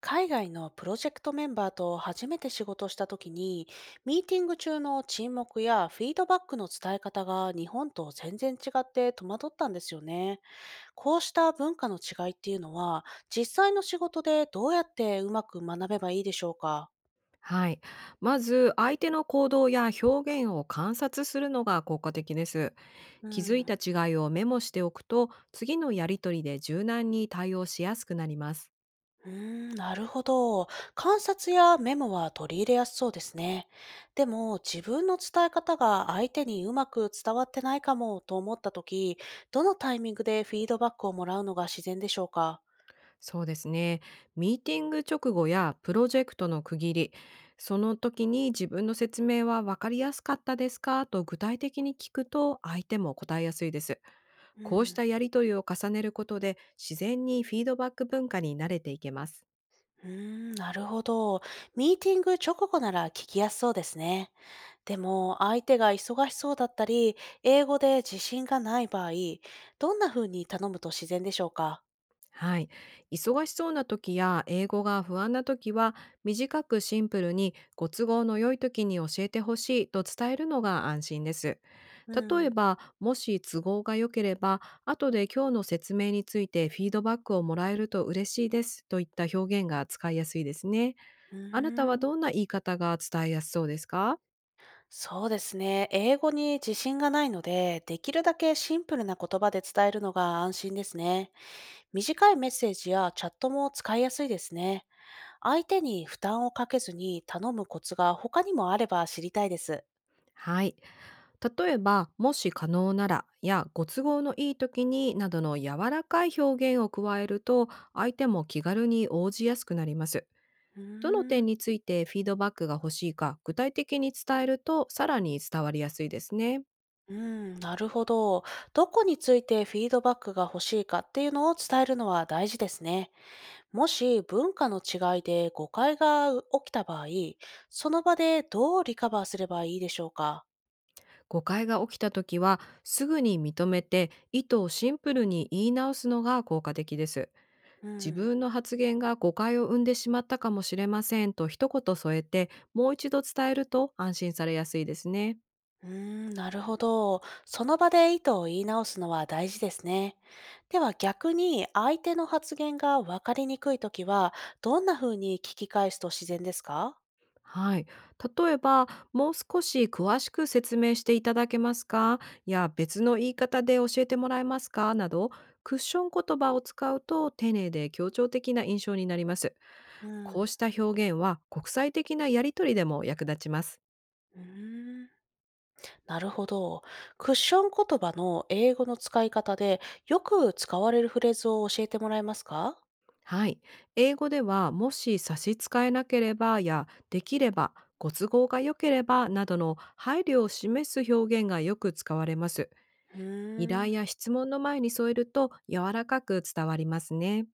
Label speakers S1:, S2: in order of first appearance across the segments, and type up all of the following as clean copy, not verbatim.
S1: 海外のプロジェクトメンバーと初めて仕事した時に、ミーティング中の沈黙やフィードバックの伝え方が日本と全然違って戸惑ったんですよね。こうした文化の違いっていうのは、実際の仕事でどうやってうまく学べばいいでしょうか？
S2: はい。まず、相手の行動や表現を観察するのが効果的です。
S1: う
S2: 気づいた
S1: ん。
S2: 違いをメモしておくと、次のやりとりで柔軟に対応しやすくなります。
S1: うーん、なるほど。観察やメモは取り入れやすそうですね。でも、自分の伝え方が相手にうまく伝わってないかもと思ったとき、どのタイミングでフィードバックをもらうのが自然でしょうか？
S2: そうですね。ミーティング直後やプロジェクトの区切り、その時に自分の説明は分かりやすかったですかと具体的に聞くと、相手も答えやすいです。
S1: う
S2: こうし
S1: ん。
S2: たやりとりを重ねることで、自然にフィードバック文化に慣れていけます。
S1: うーん、なるほど。ミーティング直後なら聞きやすそうですね。でも、相手が忙しそうだったり、英語で自信がない場合、どんな風に頼むと自然でしょうか？
S2: はい。忙しそうな時や英語が不安な時は、短くシンプルにご都合の良い時に教えてほしいと伝えるのが安心です。
S1: う
S2: 例え
S1: ん。
S2: ば、もし都合が良ければ、後で今日の説明についてフィードバックをもらえると嬉しいですといった表現が使いやすいですね。
S1: う
S2: あなた
S1: ー
S2: は
S1: ん、
S2: どんな言い方が伝えやすそうですか？
S1: そうですね。英語に自信がないので、できるだけシンプルな言葉で伝えるのが安心ですね。短いメッセージやチャットも使いやすいですね。相手に負担をかけずに頼むコツが他にもあれば知りたいです。
S2: はい。例えば「もし可能なら」や「ご都合のいい時に」などの柔らかい表現を加えると相手も気軽に応じやすくなります。
S1: う
S2: どの
S1: ーん、
S2: 点についてフィードバックが欲しいか具体的に伝えるとさらに伝わりやすいですね。
S1: うん、なるほど。どこについてフィードバックが欲しいかっていうのを伝えるのは大事ですね。もし文化の違いで誤解が起きた場合、その場でどうリカバーすればいいでしょうか。
S2: 誤解が起きた時はすぐに認めて意図をシンプルに言い直すのが効果的です。
S1: う
S2: 自
S1: ん。
S2: 分の発言が誤解を生んでしまったかもしれませんと一言添えてもう一度伝えると安心されやすいですね。
S1: うーん、なるほど。その場で意図を言い直すのは大事ですね。では逆に相手の発言が分かりにくいときは、どんな風に聞き返すと自然ですか？
S2: はい。例えば、もう少し詳しく説明していただけますか、いや、別の言い方で教えてもらえますかなど、クッション言葉を使うと丁寧で協調的な印象になります。
S1: う
S2: こう
S1: ん。
S2: した表現は国際的なやりとりでも役立ちます。
S1: うーん、なるほど。クッション言葉の英語の使い方でよく使われるフレーズを教えてもらえますか？
S2: はい。英語では、もし差し支えなければや、できれば、ご都合が良ければなどの配慮を示す表現がよく使われます。
S1: う
S2: 依
S1: ー
S2: 頼
S1: ん、
S2: や質問の前に添えると柔らかく伝わりますね。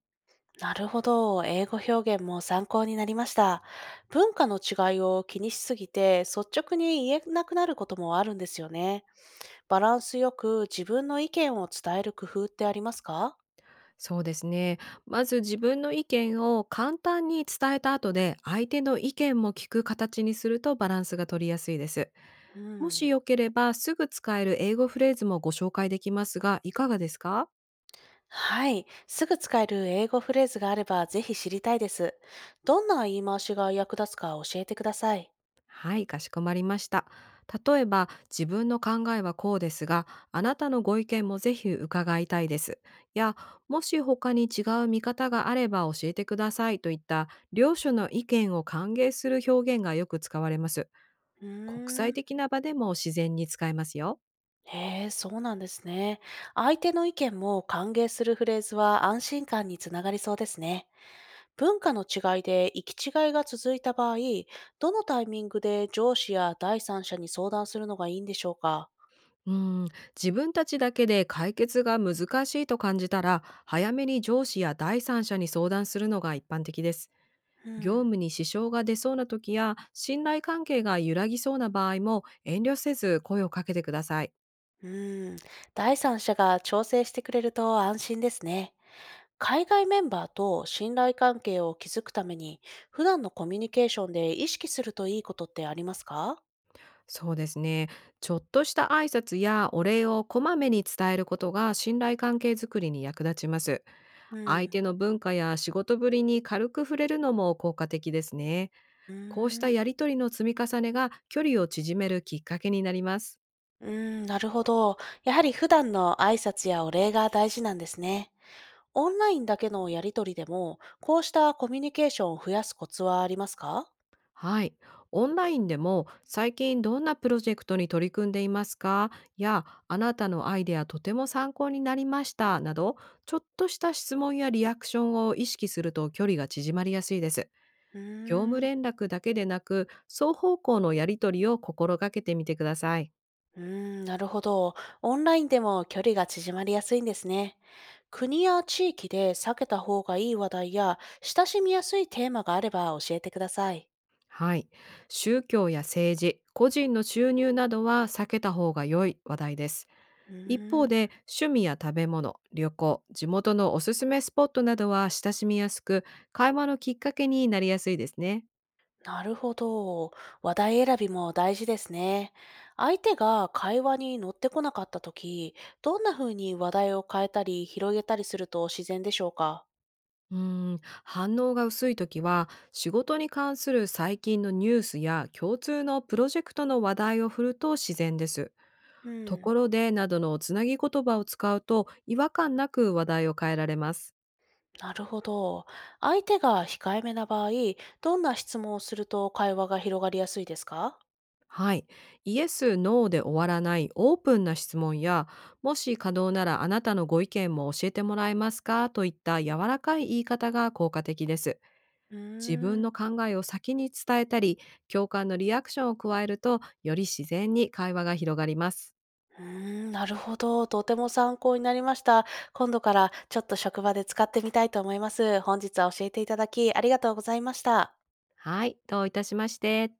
S1: なるほど。英語表現も参考になりました。文化の違いを気にしすぎて率直に言えなくなることもあるんですよね。バランスよく自分の意見を伝える工夫ってありますか？
S2: そうですね。まず自分の意見を簡単に伝えた後で相手の意見も聞く形にするとバランスが取りやすいです。
S1: う
S2: もし
S1: ん。
S2: よければすぐ使える英語フレーズもご紹介できますが、いかがですか？
S1: はい。すぐ使える英語フレーズがあればぜひ知りたいです。どんな言い回しが役立つか教えてください。
S2: はい、かしこまりました。例えば、自分の考えはこうですが、あなたのご意見もぜひ伺いたいです。や、もし他に違う見方があれば教えてくださいといった両者の意見を歓迎する表現がよく使われます。
S1: う
S2: 国
S1: ー
S2: 際
S1: ん。
S2: 的な場でも自然に使えますよ。
S1: へえ、そうなんですね。相手の意見も歓迎するフレーズは安心感につながりそうですね。文化の違いで行き違いが続いた場合、どのタイミングで上司や第三者に相談するのがいいんでしょうか？
S2: うん、自分たちだけで解決が難しいと感じたら、早めに上司や第三者に相談するのが一般的です。
S1: う
S2: 業
S1: ん。
S2: 務に支障が出そうな時や、信頼関係が揺らぎそうな場合も、遠慮せず声をかけてください。
S1: うーん、第三者が調整してくれると安心ですね。海外メンバーと信頼関係を築くために、普段のコミュニケーションで意識するといいことってありますか？
S2: そうですね。ちょっとした挨拶やお礼をこまめに伝えることが信頼関係づくりに役立ちます。
S1: う
S2: 相
S1: ん。
S2: 手の文化や仕事ぶりに軽く触れるのも効果的ですね。
S1: う
S2: こうした
S1: ーん。
S2: やりとりの積み重ねが距離を縮めるきっかけになります。
S1: うーん、なるほど。やはり普段の挨拶やお礼が大事なんですね。オンラインだけのやりとりでも、こうしたコミュニケーションを増やすコツはありますか？
S2: はい。オンラインでも、最近どんなプロジェクトに取り組んでいますか、やあなたのアイデアとても参考になりましたなど、ちょっとした質問やリアクションを意識すると距離が縮まりやすいです。
S1: う
S2: 業務
S1: ーん。
S2: 連絡だけでなく双方向のやり取りを心がけてみてください。
S1: うーん、なるほど。オンラインでも距離が縮まりやすいんですね。国や地域で避けた方がいい話題や親しみやすいテーマがあれば教えてください。
S2: はい。宗教や政治、個人の収入などは避けた方が良い話題です。
S1: う
S2: 一
S1: ー
S2: 方
S1: ん、
S2: で、趣味や食べ物、旅行、地元のおすすめスポットなどは親しみやすく、会話のきっかけになりやすいですね。
S1: なるほど。話題選びも大事ですね。相手が会話に乗ってこなかった時、どんな風に話題を変えたり広げたりすると自然でしょうか？
S2: うー反応が薄い時は、仕事に関する最近のニュースや共通のプロジェクトの話題を振ると自然です。
S1: う
S2: と
S1: ん、
S2: ころでなどのつなぎ言葉を使うと違和感なく話題を変えられます。
S1: なるほど。相手が控えめな場合、どんな質問をすると会話が広がりやすいですか？
S2: はい。イエス、ノーで終わらないオープンな質問や、もし可能ならあなたのご意見も教えてもらえますかといった柔らかい言い方が効果的です。
S1: う
S2: 自
S1: ー
S2: 分
S1: ん。
S2: の考えを先に伝えたり、共感のリアクションを加えると、より自然に会話が広がります。
S1: うーん、なるほど。とても参考になりました。今度からちょっと職場で使ってみたいと思います。本日は教えていただき、ありがとうございました。
S2: はい。どういたしまして。